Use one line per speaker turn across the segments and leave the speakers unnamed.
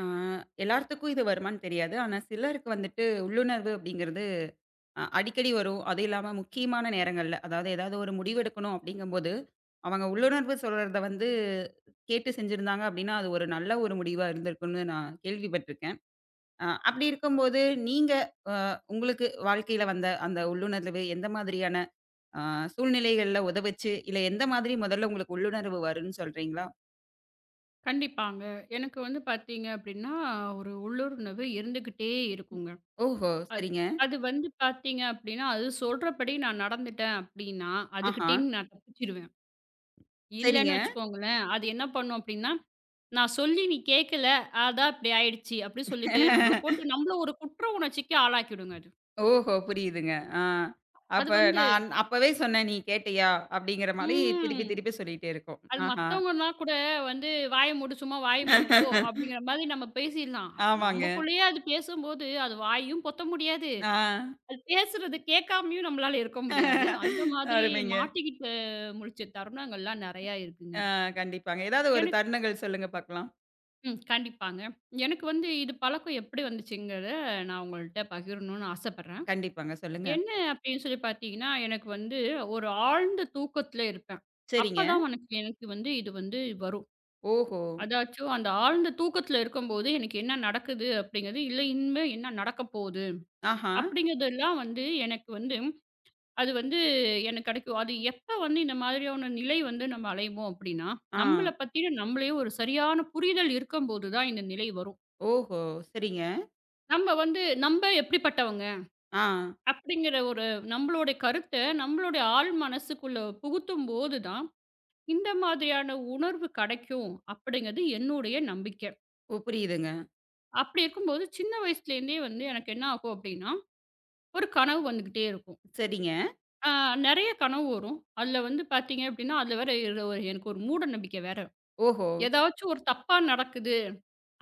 ஆ, எல்லார்த்துக்கும் இது வருமான்னு தெரியாது. ஆனா சிலருக்கு வந்துட்டு உள்ளுணர்வு அப்படிங்கிறது அடிக்கடி வரும். அதுவும் இல்லாம முக்கியமான நேரங்கள்ல, அதாவது ஏதாவது ஒரு முடிவு எடுக்கணும் அப்படிங்கும்போது, அவங்க உள்ளுணர்வு சொல்றத வந்து கேட்டு செஞ்சிருந்தாங்க அப்படின்னா, அது ஒரு நல்ல ஒரு முடிவா இருந்திருக்கும்னு நான் கேள்விப்பட்டுருக்கேன். அப்படி இருக்கும்போது நீங்க அ உங்களுக்கு வாழ்க்கையில வந்த அந்த உள்ளுணர்வு எந்த மாதிரியான அ சூழ்நிலைகள்ல உதவுச்சு? இல்ல எந்த மாதிரி முதல்ல உங்களுக்கு உள்ளுணர்வு வரும்ன்னு சொல்றீங்களா?
கண்டிப்பாங்க. எனக்கு வந்து பார்த்தீங்க அப்டின்னா, ஒரு உள்ளூர் உணவு இருந்துகிட்டே இருக்குங்க.
ஓஹோ!
அது
சரிங்க.
அது வந்து பார்த்தீங்க அப்டின்னா, அது சொல்றபடி நான் நடந்துட்டேன் அப்டின்னா,
ஆஹா!
அதுக்கிட்டேருந்து நான் தப்பிச்சுருவேன்.
சரிங்க.
இல்லன்னு வச்சுக்கோங்களேன், அது என்ன பண்ணும் அப்டின்னா, "நான் சொல்லி நீ கேட்கல, அதான் இப்டி ஆயிடுச்சு" அப்டி சொல்லிட்டு நம்மள போட்டு நம்மள ஒரு குற்ற உணர்ச்சிக்கு ஆளாக்கிடுங்க அது.
ஓஹோ! புரியுதுங்க. ஆ.
அது
அப்ப
வந்து
நான் அப்பவே சொன்னேன், "நீ கேட்டியா?" அப்படிங்கிற மாரி திருப்பி
ம்.
திருப்பி சொல்லிட்டே இருக்கும்.
அது
ஆஹா.
மத்தவங்கன்னா கூட வந்து "வாய மூடு, சும்மா வாய மூடிட்டு போ" அப்டிங்கிற மாரி நம்ம பேசிர்லாம்.
ஆமாங்க.
நமக்குள்ளேயே அது பேசும்போது, அது வாயும் பொத்த முடியாது.
ஆ.
அது பேசுறது கேட்காமயும் நம்மளால இருக்க முடியாது. அந்த மாதிரி
அருமைங்க.
மாட்டிக்கிட்டு முழிச்ச தருணங்கள்லாம் நெறையா இருக்குங்க.
ஆ கண்டிப்பாங்க. ஏதாவது ஒரு
எனக்கு
தருணங்கள் சொல்லுங்க பாக்கலாம்.
கண்டிப்பாங்க. எனக்கு வந்து இது பழக்கம் எப்படி வந்துச்சுங்கிறத நான் உங்கள்ட்ட பகிரணும்னு ஆசைப்படுறேன்.
கண்டிப்பாங்க. சொல்லுங்க.
என்ன அப்படின்னு சொல்லி பார்த்தீங்கன்னா, எனக்கு வந்து ஒரு ஆழ்ந்த தூக்கத்துல இருப்பேன்.
சரிங்க.
அப்பதான் எனக்கு எனக்கு வந்து இது வந்து வரும்.
ஓஹோ!
அதாச்சும் அந்த ஆழ்ந்த தூக்கத்துல இருக்கும்போது எனக்கு என்ன நடக்குது அப்படிங்கிறது, இல்ல இனிமே என்ன நடக்க போகுது
ஆஹா.
அப்படிங்கிறதெல்லாம் வந்து எனக்கு வந்து அது வந்து எனக்கு கிடைக்கும். அது எப்ப வந்து இந்த மாதிரியான நிலை வந்து நம்ம அலைவோம் அப்டின்னா,
ஆ.
நம்மள பத்தின நம்மளே ஒரு சரியான புரிதல் இருக்கும்போது தான் இந்த நிலை வரும்.
ஓஹோ! சரிங்க.
நம்ம வந்து "நம்ப எப்படிப்பட்டவங்க"
ஆ.
அப்படிங்கிற ஒரு நம்மளுடைய கருத்த நம்மளுடைய ஆழ் மனசுக்குள்ள புகுத்தும்போது தான், இந்த மாதிரியான உணர்வு கிடைக்கும் அப்படிங்கிறது என்னுடைய நம்பிக்கை.
ஓ புரியுதுங்க.
அப்படி இருக்கும்போது சின்ன வயசுலேருந்தே வந்து எனக்கு என்ன ஆகும் அப்படின்னா, ஒரு கனவு வந்துகிட்டே இருக்கும்.
சரிங்க.
ஆ நெறைய கனவு வரும். அதுல வந்து பார்த்தீங்க அப்படின்னா, அதுல வேற எனக்கு ஒரு மூட நம்பிக்கை வேற.
ஓஹோ!
ஏதாச்சும் ஒரு தப்பா நடக்குது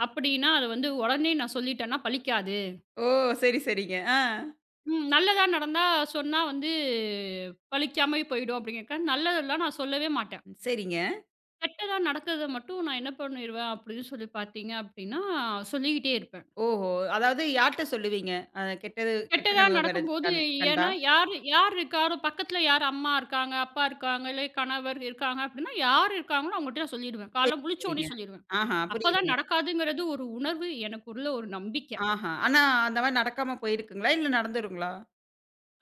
அப்படின்னா, அது வந்து உடனே நான் சொல்லிட்டேன்னா பலிக்காது.
ஓ! சரி, சரிங்க. ஆ.
நல்லதா நடந்தா சொன்னா வந்து பலிக்காமயே போயிடும் அப்படிங்கிறக்காக, நல்லதெல்லாம் நான் சொல்லவே மாட்டேன்.
சரிங்க.
கெட்டதா நடக்கிறத மட்டும் நான் என்ன பண்ணிருவேன் அப்படின்னு சொல்லி பார்த்தீங்க அப்படின்னா, சொல்லிக்கிட்டே இருப்பேன்.
ஓஹோ! அதாவது யார்ட்ட சொல்லுவீங்க? கெட்டது கெட்ட
கெட்டதா
கனவு கட
நடக்கும்போது
கண் கண்டா?
ஏன்னா யார் யார் இருக்காரோ பக்கத்தில யார் அம்மா இருக்காங்க, அப்பா இருக்காங்க, இல்லை கணவர் இருக்காங்க அப்படின்னா, யார் இருக்காங்களோ அவங்ககிட்ட நான் சொல்லிடுவேன்.
சரி,
காலைல முழிச்ச உடனே
சரிங்க.
சொல்லிடுவேன்.
ஆஹா,
அப்பதான்
புரியுதுங்க.
நடக்காதுங்கிறது ஒரு உணர்வு எனக்குள்ள ஒரு நம்பிக்கை.
ஆஹா. ஆனா, அந்த மாரி நடக்காம போயிருக்குங்களா? இல்ல நடந்துருங்களா?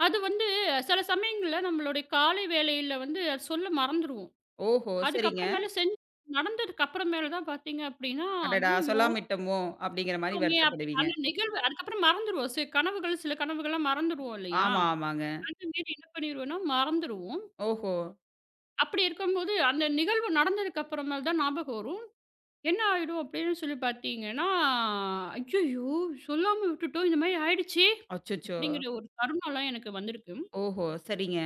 அது வந்து சில சமயங்கள்ல நம்மளுடைய காலை வேளையில வந்து அது சொல்ல மறந்துருவோம்.
ஓஹோ! சரிங்க.
அதுக்கப்புறமேல செஞ்சு நடந்ததுக்கு அப்புறமேல தான் பார்த்தீங்க அப்படின்னா,
அடடா!
"ஐய்யயோ!
சொல்லாம விட்டோமோ! அப்பிடிங்கிற மாரி
விட்டுட்டோமே" அப்படின்னு
வருத்தப்படுவீங்க.
அந்த நிகழ்வு அதுக்கப்புறம் மறந்துருவோம். சில கனவுகள்லாம் மறந்துருவோம் இல்லையா?
ஆமா, ஆமாங்க.
அந்த மாரி என்ன பண்ணிருவோம்னா மறந்துருவோம்.
ஓஹோ!
அப்படி இருக்கும்போது அந்த நிகழ்வு நடந்ததுக்கு அப்புறமேல் தான் ஞாபகம் வரும். என்ன ஆயிடும் அப்படின்னு சொல்லி பார்த்தீங்கன்னா, "ஐய்யயோ! சொல்லாம விட்டுட்டோம். இந்த மாரி ஆயிடுச்சே!"
அச்சச்சோ!
அப்படிங்கிற ஒரு தருணம்லாம் எனக்கு வந்திருக்கு.
ஓஹோ! சரிங்க.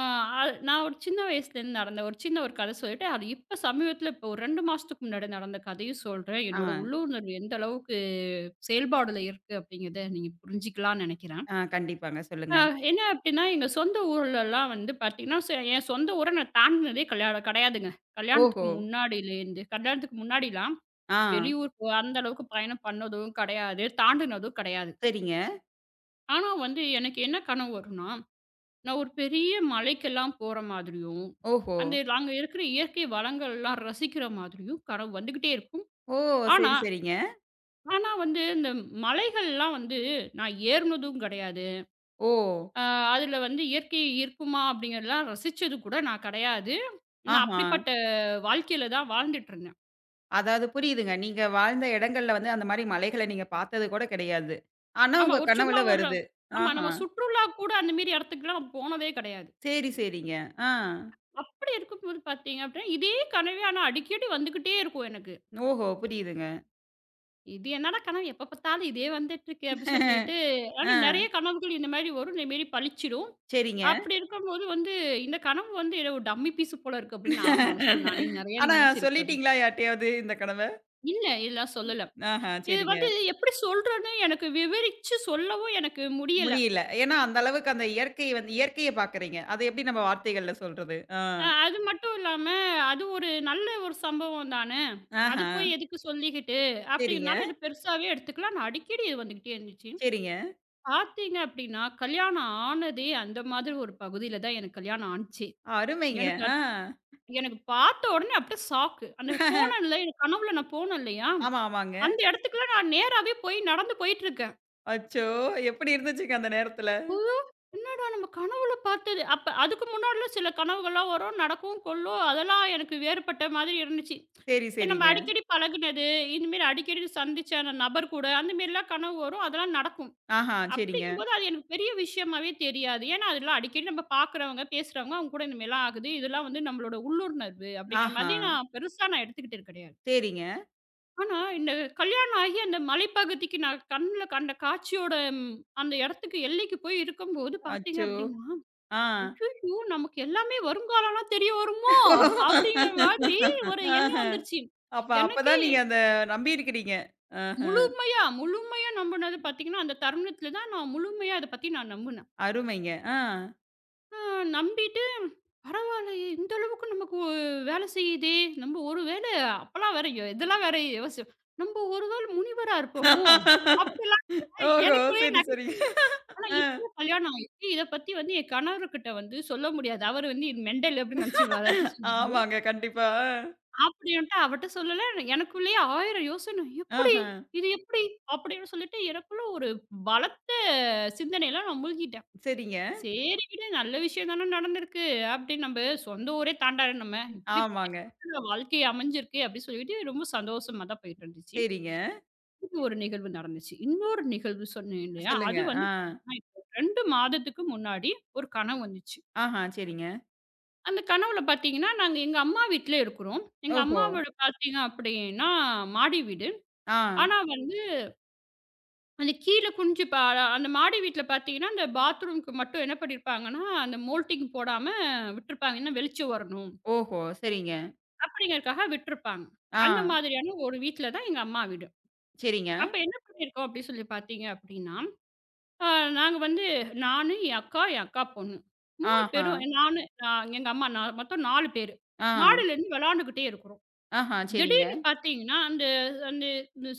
ஆ, அ நான் ஒரு சின்ன வயசுலேருந்து நடந்த ஒரு சின்ன ஒரு கதை சொல்லிட்டு, அது இப்ப சமீபத்தில இப்போ ஒரு 2 மாசத்துக்கு முன்னாடி நடந்த கதையும் சொல்றேன்.
ஆ,
என்னோட உள்ளுணர்வு எந்த அளவுக்கு செயல்பாடுல இருக்கு அப்படிங்கிறத நீங்க புரிஞ்சுக்கலாம்னு நெனைக்கிறேன்.
ஆ கண்டிப்பாங்க.
அ
சொல்லுங்க.
என்ன அப்படின்னா, எங்க சொந்த ஊர்லலாம் வந்து பார்த்தீங்கன்னா, என் சொந்த ஊர நான் தாண்டினதே கல்யாணம் கிடையாதுங்க.
ஓஹோ!
கல்யாணத்துக்கு முன்னாடிலாம்
ஆ,
வெளியூருக்கு அந்த அளவுக்கு பயணம் பண்ணதும் கிடையாது, தாண்டினதும் கிடையாது.
சரிங்க.
ஆனா வந்து எனக்கு என்ன கனவு வரும்னா நான் ஒரு பெரிய மலைக்கெல்லாம் போற மாதிரியும்,
ஓஹோ!
அங்க இருக்கிற இயற்கை வளங்கள்லாம் ரசிக்கிற மாதிரியும் கனவு வந்துகிட்டே இருக்கும்.
ஓ!
ஆனா,
சரி, சரிங்க.
ஆனா வந்து இந்த மலைகள்லாம் வந்து நான் ஏறுனதும் கிடையாது.
ஓ!
அ அதுல வந்து இயற்கை இருக்குமா அப்படிங்கிறதெல்லாம் ரசிச்சது கூட நான் கிடையாது. நான்
ஆஹா!
அப்படிப்பட்ட வாழ்க்கையில தான் வாழ்ந்துட்டு இருந்தேன்.
அதாவது புரியுதுங்க. நீங்க வாழ்ந்த இடங்கள்ல வந்து அந்த மாரி மலைகள நீங்க பார்த்தது கூட கிடையாது. ஆனா,
ஆமா,
உங்க
ஒரு சும்மா
கனவுல
ஒரு
வருது.
ஆமா,
ஆஹா!
நம்ம சுற்றுலா கூட அந்த மாரி இடத்துக்குலாம் போனதே கிடையாது.
சரி, சரிங்க. ஆ.
அப்படி இருக்கும்போது பார்த்தீங்க அப்படின்னா, இதே கனவே ஆனா அடிக்கடி வந்துகிட்டே இருக்கும் எனக்கு.
ஓஹோ! புரியுதுங்க.
இது என்னடா கனவு! எப்ப பார்த்தாலும் இதே வந்துட்டுருக்கு அப்படி சொல்லிட்டு,
ஆ,
ஆனா நெறைய கனவுகள் இந்த மாரி வரும். இந்த மாரி பளிச்சிடும்.
சரிங்க.
அப்படி இருக்கும்போது வந்து, இந்த கனவு வந்து ஏதோ ஒரு டம்மி பீஸ் போல இருக்கு அப்படின்னு நான்லாம் மனசுல நானே நெறைய
ஆனா
நெனைச்சிருக்கேன்.
சொல்லிட்டீங்களா யார்ட்டயாவது இந்த கனவ?
இல்ல இதெல்லாம் சொல்லல.
ஆஹா,
இது
சரிங்க.
வந்து எப்படி சொல்றேன்னு எனக்கு விவரிச்சு சொல்லவும் எனக்கு முடியல.
முடியல. ஏன்னா அந்த அளவுக்கு அந்த இயற்கை வந்து இயற்கைய பார்க்குறீங்க. அத எப்படி நம்ம வார்த்தைகள்ல சொல்றது? ஆ.
அது மட்டும் இல்லாம, அது ஒரு நல்ல ஒரு சம்பவம் தானே! அத
ஆஹா,
போய் எதுக்கு சொல்லிக்கிட்டு?
சரிங்க,
அப்படின்னால இது பெருசாவே எடுத்துக்கல. ஆனா அடிக்கடி இது வந்துகிட்டே இருந்துச்சு.
சரிங்க.
பார்த்தீங்க அப்டின்னா, கல்யாணம் ஆனதே அந்த மாதிரி ஒரு பகுதியில தான் எனக்கு கல்யாணம் ஆனுச்சு.
அருமைங்க.
எனக்கு
ஆ.
அத் எனக்கு பார்த்த உடனே அப்படியே ஷாக்கு. அந்த போனேன்ல எனக்கு கனவுல நான் போனேன் இல்லையா?
ஆமா, ஆமாங்க.
அந்த இடத்துக்குலாம் நான் நேராவே போய் நடந்து போயிட்டுருக்கேன்.
அச்சோ! எப்படி இருந்துச்சுங்க அந்த நேரத்துல?
ஐயோ! என்னடா நம்ம கனவுல பார்த்தது. அப்ப அதுக்கு முன்னாடிலாம் சில கனவுகள்லாம் வரும். நடக்கும், கொல்லும். அதெல்லாம் எனக்கு வேறுபட்ட மாதிரி இருந்துச்சு.
சரி,
சரி, நம்ம
சரிங்க.
அடிக்கடி பழகுனது, இந்தமாரி அடிக்கடி சந்திச்ச அந்த நபர் கூட அந்த மாரிலாம் கனவு வரும். அதெல்லாம் நடக்கும்.
ஆஹா, சரிங்க.
அப்படிங்கும்போது அது எனக்கு பெரிய விஷயமாவே தெரியாது. ஏன்னா, அதெல்லாம் அடிக்கடி நம்ம பார்க்குறவங்க, பேசுறவங்க, அவங்க கூட இந்த மாரிலாம் ஆகுது. இதெல்லாம் வந்து நம்மளோட உள்ளுணர்வு அப்படிங்கிற
ஆஹா,
மாதிரி நான் பெருசா எடுத்துக்கிட்டது கிடையாது.
சரிங்க.
ஆனா, இந்த கல்யாணம் ஆகி அந்த மலைப்பகுதிக்கு நான் கண்ல கண்ட காட்சியோட அந்த இடத்துக்கு எல்லைக்கு போய் இருக்கும்போது பார்த்தீங்க
அச்சோ!
அப்படின்னா,
ஆ.
"ஐய்யய்யோ! நமக்கு எல்லாமே வருங்காலம்லாம் தெரிய வருமோ?" அப்படிங்கிற மாதிரி ஒரு
ஆஹ.
எண்ணம் வந்துருச்சு.
அப்ப
எனக்கே
அப்பதான் நீங்க அந்த நம்பி இருக்கிறீங்க. ஆஹ.
முழுமையா முழுமையா நம்புனது பார்த்தீங்கன்னா, அந்த தருணத்தில தான் நான் முழுமையா இத பத்தி நான் நம்புனேன்.
அருமைங்க. ஆ.
ஆ நம்பிட்டு, பரவாயில்லையே! இந்த அளவுக்கு நமக்கு வேலை செய்யுதே! நம்ம ஒரு வேள அப்பலாம் வேற இதெல்லாம் வேற யோசிச்சோம். "நம்ப ஒரு வேள முனிவரா இருப்போமோ?" அப்படிலாம்
ஓஹோ!
எனக்குள்ளேயே
சரி,
நகை
சரிங்க.
ஆனா
ஆ.
இப்ப கல்யாணம் ஆயிடுச்சு. இத பத்தி வந்து என் கணவர்கிட்ட வந்து சொல்ல முடியாது. அவரு வந்து இது மெண்டல் அப்படின்னு நினைச்சுருவாரு அப்படி சொல்லிட்டு.
ஆமாங்க. கண்டிப்பா. ஆ.
அப்படின்ட்டு அவர்ட்ட சொல்லல. எனக்குள்ளேயே 1000 யோசனை. "எப்படி?
ஆஹ.
இது எப்படி?" அப்படின்னு சொல்லிட்டு எனக்குள்ள ஒரு பலத்த சிந்தனையில நான் மூழ்கிட்டேன்.
சரிங்க.
சரி விடு. நல்ல விஷயம் தானே நடந்திருக்கு. அப்படின்னு நம்ப சொந்த ஊரே தாண்டாது நம்ம. இப்படிப்பட்ட
ஆமாங்க.
இடத்துல வாழ்க்கை அமைஞ்சிருக்கு அப்படின்னு சொல்லிட்டு ரொம்ப சந்தோஷமா தான் போயிட்டு இருந்துச்சு.
சரிங்க.
இது ஒரு நிகழ்வு நடந்துச்சு. இன்னொரு நிகழ்வு சொன்னேன் இல்லையா?
சொல்லுங்க.
அது
ஆ.
வந்து பார்த்தீங்கன்னா, இப்போ 2 மாதத்துக்கு முன்னாடி ஒரு கனவு வந்துச்சு.
ஆஹ. சரிங்க.
அந்த கனவுல பார்த்தீங்கன்னா, நாங்க எங்க அம்மா வீட்ல இருக்கிறோம். எங்க
ஓஹோ!
அம்மாவோட பார்த்தீங்க அப்படின்னா மாடி வீடு.
ஆ.
ஆனா வந்து அந்த கீழ குனிஞ்சு பா அந்த மாடி வீட்ல பார்த்தீங்கன்னா, அந்த பாத்ரூம்க்கு மட்டும் என்ன பண்ணியிருப்பாங்கன்னா, அந்த மோல்டிங் போடாம விட்டுருப்பாங்க. ஏன்னா வெளிச்சம் வரணும்.
ஓஹோ! சரிங்க.
அப்படிங்கிறதுக்காக விட்டுருப்பாங்க.
ஆ.
அந்த மாதிரியான ஒரு வீட்ல தான் எங்க அம்மா வீடு.
சரிங்க.
அப்ப என்ன பண்ணியிருக்கோம் அப்படி சொல்லி பார்த்தீங்க அப்படின்னா, அ நாங்க வந்து என் அக்கா, என் அக்கா பொண்ணு 3
ஆஹ.
பேரும் நானு, அ எங்க அம்மா நான் மொத்தம் 4 பேரு.
ஆ.
மாடியிலேருந்து விளாண்டுக்கிட்டே இருக்கிறோம்.
ஆஹ. சரிங்க.
திடீர்னு பார்த்தீங்கன்னா, அந்த அந்த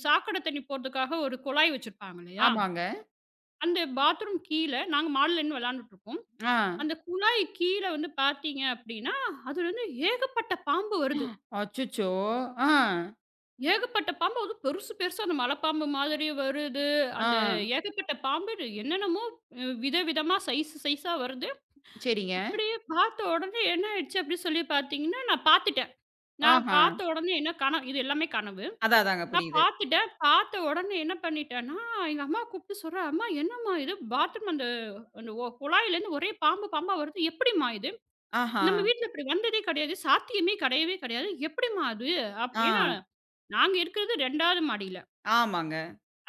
சாக்கடை தண்ணி போறதுக்காக ஒரு குழாய் வச்சிருப்பாங்க இல்லையா?
ஆமாங்க.
அந்த பாத்ரூம் கீழ நாங்க மாடில நின்னு விளையாண்டுட்டுருப்போம்.
ஆ.
அந்த குழாய் கீழ வந்து பார்த்தீங்க அப்டின்னா, அதுலருந்து ஏகப்பட்ட பாம்பு வருது.
அச்சச்சோ! ஆ.
ஏகப்பட்ட பாம்பு அதுவும் பெருசு பெருசா அந்த மலைப்பாம்பு மாதிரி வருது.
ஆ.
அந்த ஏகப்பட்ட பாம்பு என்னென்னமோ விதவிதமா சைஸ் சைஸா வருது.
சரிங்க.
அப்படியே பார்த்த உடனே என்ன ஆயிடுச்சு அப்டின்னு சொல்லி பார்த்தீங்கன்னா, நான் பார்த்துட்டேன். நான்
ஆஹ.
பார்த்த உடனே என்ன இது எல்லாமே கனவு.
அதான் அதாங்க
நான்
புரியுது.
பார்த்துட்டேன். பார்த்த உடனே என்ன பண்ணிட்டேன்னா, எங்க அம்மாவ கூப்பிட்டு சொல்றேன், "அம்மா என்னம்மா இது? பாத்ரூம் அந்த அந்த குழாயிலேருந்து ஒரே பாம்பு பாம்பா வருது. எப்படிம்மா இது?
ஆஹ.
நம்ம வீட்ல இப்படி வந்ததே கிடையாது. சாத்தியமே கிடையவே கிடையாது. எப்படிம்மா அது?"
ஆ.
அப்படி ஏன்னா நாங்க இருக்கிறது 2வது மாடியில.
ஆமாங்க.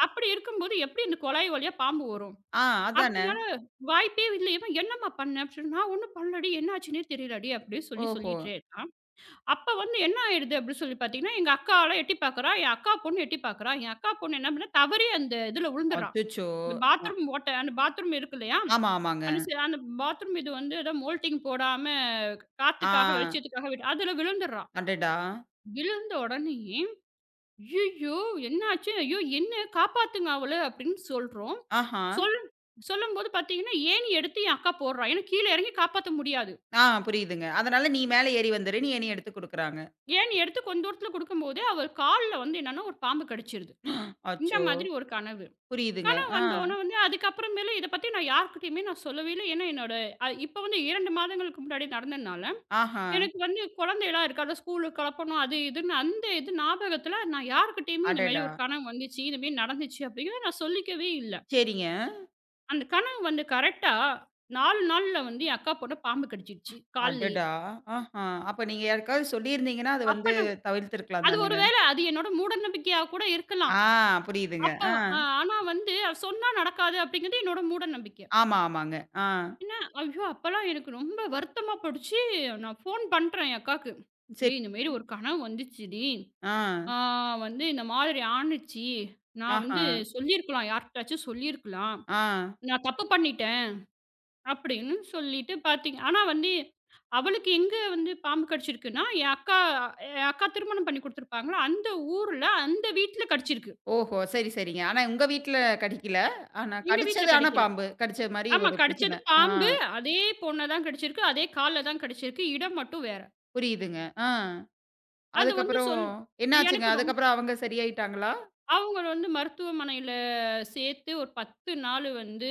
அப்படி இருக்கும்போது எப்படி இந்த குழாய் வழியா பாம்பு வரும்?
ஆ அதானே!
அப்படினால வாய்ப்பே இல்லையேம்மா, "என்னம்மா பண்ண?" அப்படின்னு சொன்னா, "நான் ஒண்ணும் பண்ணலடி. என்ன ஆச்சுன்னே தெரியலடி" அப்படின்னு சொல்லி
ஓஹோ!
சொல்லிட்டே இருக்கான். அப்ப வந்து என்ன ஆயிடுது அப்படின்னு சொல்லி பார்த்தீங்கன்னா, எங்க அக்காலாம் எட்டி பார்க்குறா. என் அக்கா பொண்ணு எட்டி பார்க்குறா. என் அக்கா பொண்ணு என்ன பண்ணா, தவறி அந்த இதுல விழுந்துடுறா.
அச்சச்சோ!
இந்த
அ
பாத்ரூம் ஓட்டை அந்த பாத்ரூம் இருக்கு இல்லையா?
ஆமா, ஆமாங்க.
அந்த அந்த பாத்ரூம் இது வந்து ஏதோ மோல்டிங் போடாம
ஆ
காத்துக்காக, வெளிச்சத்துக்காக விட்டு அதுல விழுந்துடுறா.
அடடா!
விழுந்த உடனேயே, "ஐயய்யோ! என்னாச்சு? ஐயோ! என்ன காப்பாத்துங்க அவள" அப்படின்னு சொல்றோம்.
ஆஹா!
சொல் சொல்லும்போது பார்த்தீங்கன்னா, ஏணி எடுத்து என் அக்கா போடுறா. ஏன்னா கீழ இறங்கி காப்பாத்த முடியாது.
ஆ புரியுதுங்க. அதனால நீ மேல ஏறி வந்துரு. நீ என்னைய எடுத்துக் குடுக்குறாங்க.
ஏணி எடுத்து கொஞ்ச தூரத்துல குடுக்கும்போது, அவ கால்ல வந்து என்னன்னா ஒரு பாம்பு கடிச்சிருது. இந்த
அச்சோ!
மாதிரி ஒரு கனவு.
புரியுதுங்க.
கனவு
ஆ.
வந்தோன வந்து அதுக்கப்புறமேலு இத பத்தி நான் யார்கிட்டயுமே நான் சொல்லவே இல்ல. ஏன்னா என்னோட இப்ப வந்து 2 மாதங்களுக்கு முன்னாடி நடந்ததுனால,
ஆஹா!
எனக்கு வந்து குழந்தைலாம் இருக்கு. அத ஸ்கூலுக்கு கெளப்பணும் அது இதுன்னு அந்த இது ஞாபகத்துல நான் யார்கிட்டயுமே இந்த மாரி
அடடா!
ஒரு கனவு வந்துச்சு, இந்த மாரி நடந்துச்சு அப்படிங்கிறத நான் சொல்லிக்கவே இல்ல.
சரிங்க.
அந்த கனவு வந்து கரெக்ட்டா 4 நாள்ல வந்து என் அக்கா பொண்ண பாம்பு கடிச்சிருச்சு கால்லயே.
அடடா! ஆஹா! அப்ப நீங்க யாருக்காவது சொல்லியிருந்தீங்கன்னா, அது
அப்ப
வந்து
நான்
தவிர்த்திருக்கலாம்
அது ஒரு
தானங்க.
வேள அது என்னோட மூடநம்பிக்கையா கூட இருக்கலாம்.
ஆ புரியுதுங்க.
அப்ப
ஆ.
அ ஆனா வந்து சொன்னா நடக்காது அப்படிங்கிறது என்னோட மூடநம்பிக்க.
ஆமா, ஆமாங்க. ஆ.
என்ன, ஐயோ! அப்பலாம் எனக்கு ரொம்ப வருத்தமா போடுச்சு. நான் ஃபோன் பண்றேன் என் அக்காக்கு.
சரி.
"ஏய் இந்த மாரி ஒரு கனவு வந்துச்சுடி.
ஆ.
ஆ வந்து இந்த மாதிரி ஆனுச்சு. நான்
ஆஹா!
வந்து சொல்லியிருக்கலாம். யார்கிட்டயாச்சும் சொல்லியிருக்கலாம்.
ஆ.
நான் தப்பு பண்ணிட்டேன்." அப்படின்னு சொல்லிட்டு பாத்தீங்க ஆனா வந்து அவளுக்கு எங்க வந்து பாம்பு கடிச்சிருக்குன்னா, என் அக்கா திருமணம் பண்ணி குடுத்துருப்பாங்கல்ல, அந்த ஊர்ல அந்த வீட்ல கடிச்சிருக்கு.
ஓஹோ! சரி, சரிங்க. ஆனா உங்க வீட்ல கடிக்கல. ஆனா
எங்க வீட்ல
கடிச்சது ஆனா
கடிக்கல.
பாம்பு. கடிச்ச மாரி
ஆமா.
ஒரு
கடிச்சது
பிரச்சனை. ஆ
பாம்பு. அதே பொண்ண தான் கடிச்சிருக்கு. அதே கால்ல தான் கடிச்சிருக்கு. இடம் மட்டும் வேற.
புரியுதுங்க. ஆ
அது வந்து
அதுக்கப்புறம்
சொல்லு
என்னாச்சுங்க?
எனக்கு ரொம்
அதுக்கப்புறம் அவங்க சரியாயிட்டாங்களா?
அவங்கள வந்து மருத்துவமனையில சேர்த்து ஒரு 10 நாள் வந்து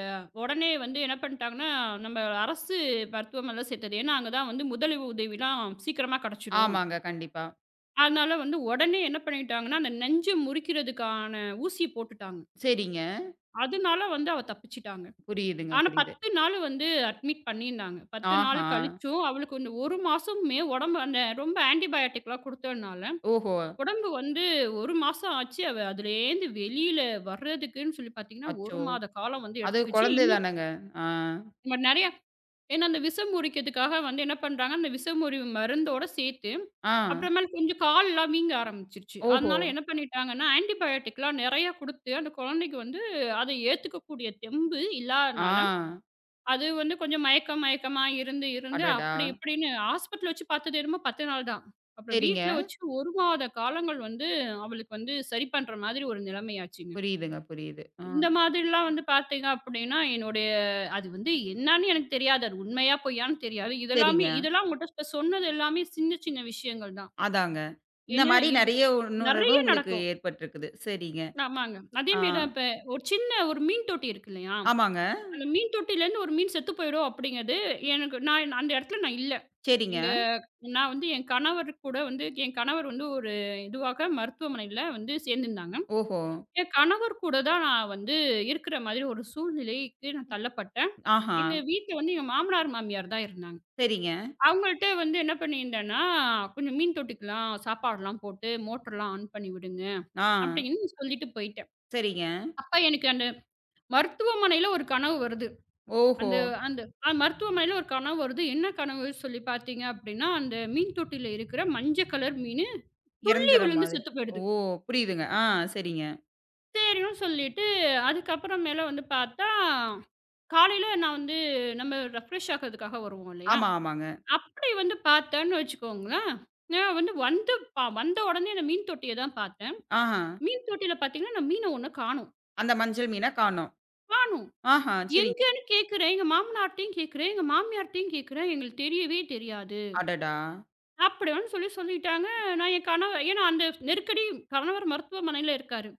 உடனே வந்து என்ன பண்ணிட்டாங்கன்னா, நம்ம அரசு மருத்துவமனையில சேர்த்தது. ஏன்னா, அங்க தான் வந்து உதவிலாம் சீக்கிரமா கிடைச்சிடும்.
ஆமாங்க. கண்டிப்பா.
அதனால வந்து உடனே என்ன பண்ணிட்டாங்கன்னா, அந்த நெஞ்ச முறிக்கிறதுக்கான ஊசிய போட்டுட்டாங்க.
சரிங்க.
அதனால வந்து அவ தப்பிச்சுட்டாங்க.
புரியுதுங்க,
ஆனா
புரியுது.
10 நாள் வந்து அட்மிட் பண்ணியிருந்தாங்க. 10 நாள்
ஆஹா!
கழிச்சும் அவளுக்கு இந்த 1 மாசமுமே உடம்பு அந்த ரொம்ப ஆன்டிபயோட்டிக்லாம் குடுத்ததுனால
ஓஹோ!
உடம்பு வந்து 1 மாசம் ஆச்சு. அவ அதுலேருந்து வெளியில வர்றதுக்குன்னு சொல்லி பார்த்தீங்கன்னா, 1
அச்சோ!
மாத காலம் வந்து
அது
எடுத்துக்கிச்சு.
குழந்தை
இன்னும்
தானங்க. ஆ,
நம்ம நெறைய ஏன்னா அந்த விஷம் முறிக்கிறதுக்காக வந்து என்ன பண்றாங்க, அந்த விஷமுறிவு மருந்தோட சேர்த்து,
ஆ.
அப்புறமேல் கொஞ்சம் கால்லாம் வீங்க ஆரம்பிச்சுருச்சு.
ஓஹோ!
அதனால என்ன பண்ணிட்டாங்கன்னா, ஆன்டிபயோட்டிக்லாம் நெறைய குடுத்து, அந்த குழந்தைக்கு வந்து அத ஏத்துக்கக்கூடிய தெம்பு
ஆ.
இல்லாதனால அது வந்து கொஞ்சம் மயக்கம் மயக்கமா இருந்து, இருந்து
அடடா!
அப்படி இப்படின்னு ஹாஸ்பிட்டல் வச்சு பார்த்தது என்னமோ 10 நாள் தான். அப்புறம்
சரிங்க.
வீட்ல வச்சு 1 மாத காலங்கள் வந்து அவளுக்கு வந்து சரி பண்ற மாதிரி ஒரு நிலைமையாச்சுங்க.
புரியுதுங்க, புரியுது. ஆ
இந்த மாதிரிலாம் வந்து பார்த்தீங்க அப்படின்னா, என்னுடைய அது வந்து என்னான்னு எனக்கு தெரியாது. அது உண்மையா பொய்யான்னு தெரியாது.
சரிங்க.
இதெல்லாம் உங்கள்ட்ட இப்ப சொன்னது எல்லாமே சின்ன சின்ன விஷயங்கள் தான்.
அதாங்க. இந்த
ஏன்னா
மாரி
இவ்
நெறைய உணர்வு
நெறைய
உங்களுக்கு
நடக்கும்.
ஏற்பட்டிருக்குது. சரிங்க.
ஆமாங்க. அதே
ஆ
மாரி தான் இப்ப ஒரு சின்ன மீன் தொட்டி இருக்கு இல்லையா?
ஆமாங்க.
அந்த மீன் தொட்டியிலேருந்து ஒரு மீன் செத்து போயிடும் அப்படிங்கிறது எனக்கு நான் அந்த இடத்துல நான் இல்ல.
சரிங்க.
எங்க நான் வந்து என் கணவர் கூட வந்து என் கணவர் வந்து ஒரு இதுவாக மருத்துவமனையில வந்து சேர்ந்திருந்தாங்க.
ஓஹோ!
என் கணவர் கூட தான் நான் வந்து இருக்கிற மாதிரி ஒரு சூழ்நிலைக்கு நான் தள்ளப்பட்டேன்.
ஆஹா!
எங்க வீட்ல வந்து எங்க மாமனார், மாமியார் தான் இருந்தாங்க.
சரிங்க.
அவங்கள்ட்ட வந்து என்ன பண்ணியிருந்தேன்னா, "கொஞ்சம் மீன் தொட்டிக்கலாம், சாப்பாடுலாம் போட்டு, மோட்டர்லாம் ஆன் பண்ணி விடுங்க."
ஆ,
அப்படின்னு சொல்லிட்டு போயிட்டேன்.
சரிங்க.
அப்ப எனக்கு அந்த மருத்துவமனையில ஒரு கனவு வருது.
ஓஹோ!
அந்த அந்த அ மருத்துவமனையில ஒரு கனவு வருது. என்ன கனவு சொல்லி பார்த்தீங்க அப்படின்னா, அந்த மீன் தொட்டியில இருக்கிற மஞ்ச கலர் மீன். துள்ளி
இறந்துற
விழுந்து
மாதிரி.
செத்து
ஓ!
போயிடுது.
புரியுதுங்க. ஆ, சரிங்க.
சரின்னு சொல்லிட்டு, அதுக்கப்புறம் மேல வந்து பார்த்தா, காலையில நான் வந்து நம்ம ரெஃப்ரெஷ் ஆகுறதுக்காக வருவோம் இல்லையா?
ஆமா, ஆமாங்க.
அப்படி வந்து பார்த்தேன்னு வச்சுக்கோங்களேன், நான் வந்து வந்து ப வந்த உடனே அந்த மீன் தொட்டிய தான் பார்த்தேன்.
ஆஹா!
மீன் தொட்டியில பார்த்தீங்கன்னா, நான் மீன ஒண்ணு காணோம்.
அந்த மஞ்சள் மீன காணோம்.
காணோம்.
ஆஹா! சரிங்க.
எங்கன்னு கேட்கிறேன். எங்க மாமனார்ட்டயும் கேட்கிறேன். எங்க மாமியார்ட்டயும் கேட்கிறேன். எங்களுக்கு தெரியவே தெரியாது.
அடடா!
அப்படின்னு சொல்லி சொல்லிட்டாங்க. நான் என் கணவர் ஏன்னா அந்த நெருக்கடி கணவர் மருத்துவமனையில இருக்காரு.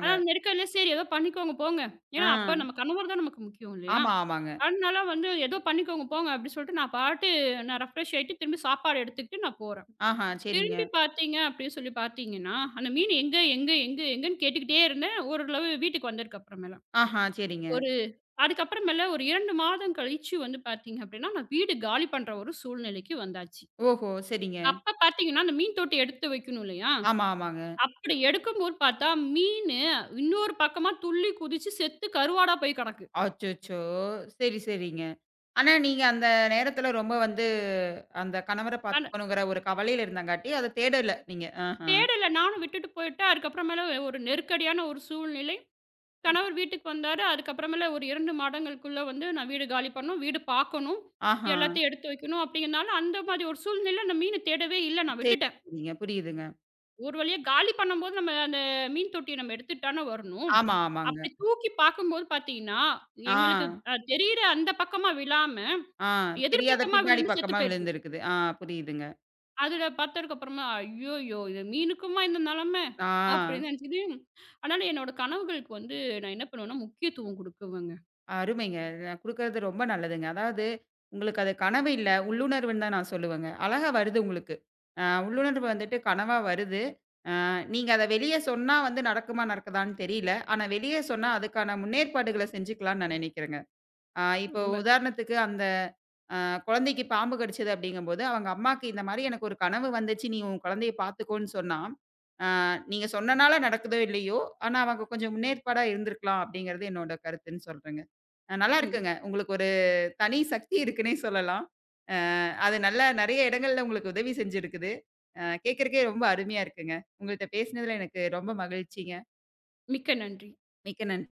ஆனா அந்த நெருக்கடியில சரி ஏதோ பண்ணிக்கோங்க போங்க.
ஆ,
ஏன்னா, அப்ப நம்ம கணவர் தான் நமக்கு முக்கியம் இல்லையா?
ஆமா, ஆமாங்க.
அதனால வந்து ஏதோ பண்ணிக்கோங்க போங்க அப்டி சொல்லிட்டு நான் ரெஃப்ரெஷ் ஆயிட்டு திரும்பி சாப்பாடு எடுத்துக்கிட்டு நான் போறேன்.
ஆஹா! சரிங்க.
திரும்பி பார்த்தீங்க அப்டின்னு சொல்லி பார்த்தீங்கன்னா, அந்த மீன் எங்க, எங்க, எங்க, எங்கன்னு கேட்டுக்கிட்டே இருந்தேன். ஓரளவு வீட்டுக்கு வந்ததுக்கு அப்புறமேல.
ஆஹா! சரிங்க.
ஒரு அதுக்கப்புறமேல ஒரு 2 மாதம் கழிச்சு வந்து பார்த்தீங்க அப்டின்னா, நான் வீடு காலி பண்ற ஒரு சூழ்நிலைக்கு வந்தாச்சு.
ஓஹோ! சரிங்க.
அப்ப பார்த்தீங்கன்னா, அந்த மீன் தொட்டி எடுத்து வைக்கணும் இல்லையா?
ஆமா, ஆமாங்க.
அப்படி எடுக்கும்போது பார்த்தா, மீனு இன்னொரு பக்கமா துள்ளி குதிச்சு செத்து கருவாடா போய் கிடக்கு.
அச்சச்சோ! சரி, சரிங்க. ஆனா, நீங்க அந்த நேரத்துல ரொம்ப வந்து அந்த கணவர
ஆனா
பாத்துக்கணுங்கிற ஒரு கவலையில இருந்தங்காட்டி, அத தேடல நீங்க. ஆஹா!
தேடல. நானும் விட்டுட்டு போயிட்டேன். அதுக்கப்புறமேல ஒரு நெருக்கடியான ஒரு சூழ்நிலை. கணவர் வீட்டுக்கு வந்தாரு. அதுக்கப்புறமேல ஒரு 2 மாதங்களுக்குள்ள வந்து நான் வீடு காலி பண்ணணும். வீடு பார்க்கணும்.
ஆஹா!
எல்லாத்தையும் எடுத்து வைக்கணும் அப்படிங்கிறனால, அந்த மாதிரி ஒரு சூழ்நிலையில அந்த மீன தேடவே இல்ல. நான்
சரி,
விட்டுட்டேன்.
சரிங்க. புரியுதுங்க.
ஒரு வழியா காலி பண்ணும்போது நம்ம அந்த மீன் தொட்டிய நம்ம எடுத்துட்டு தானே வரணும்.
ஆமா, ஆமாங்க.
அப்படி தூக்கி பார்க்கும்போது பார்த்தீங்கன்னா,
ஆ,
எங்களுக்கு தெரியிற அந்த பக்கமா விழாம,
ஆ
எதிர்
தெரியாத
பக்கமா
பின்னாடி
விழுந்து செத்து
பக்கமா
போயிருக்கு.
விழுந்திருக்குது. ஆ புரியுதுங்க.
அதுல பார்த்ததுக்கு அப்புறமா, "ஐய்யய்யோ! இது மீனுக்குமா இந்த நிலைமை?"
ஆ
அப்படின்னு நினைச்சுட்டு, அதனால என்னோட கனவுகளுக்கு வந்து நான் என்ன பண்ணுவேன்னா, முக்கியத்துவம் குடுக்குவேங்க.
அருமைங்க. நான் குடுக்கறது ரொம்ப நல்லதுங்க. அதாவது உங்களுக்கு அது கனவு இல்ல, உள்ளுணர்வுன்னு தான் நான் சொல்லுவேங்க. அழகா வருது உங்களுக்கு. உள்ளுணர்வு வந்துட்டு கனவா வருது. நீங்க அத வெளிய சொன்னா வந்து நடக்குமா, நடக்குதான்னு தெரியல. ஆனா வெளிய சொன்னா அதுக்கான முன்னேற்பாடுகள செஞ்சுக்கலாம்னு நான் நினைக்கிறேங்க. இப்போ
ரொம்ப
உதாரணத்துக்கு அந்த குழந்தைக்கு பாம்பு கடிச்சது அப்படிங்கும்போது, அவங்க அம்மாக்கு இந்த மாரி எனக்கு ஒரு கனவு வந்துச்சு. நீ உன் குழந்தைய பார்த்துக்கோன்னு சொன்னா, ஆ நீங்க சொன்னனால நடக்குதோ இல்லையோ, ஆனா அவங்க கொஞ்சம் முன்னேற்பாடா இருந்திருக்கலாம் அப்படிங்கிறது என்னோட கருத்துன்னு சொல்றேங்க. நல்லா
ம்.
இருக்குங்க. உங்களுக்கு ஒரு தனி சக்தி இருக்குன்னே சொல்லலாம். அ அது நல்லா நெறைய இடங்கள்ல உங்களுக்கு உதவி செஞ்சிருக்குது. கேட்கறக்கே ரொம்ப அருமையா இருக்குங்க. உங்கள்ட்ட பேசினதுல எனக்கு ரொம்ப மகிழ்ச்சிங்க.
மிக்க நன்றி.
மிக்க நன்றி.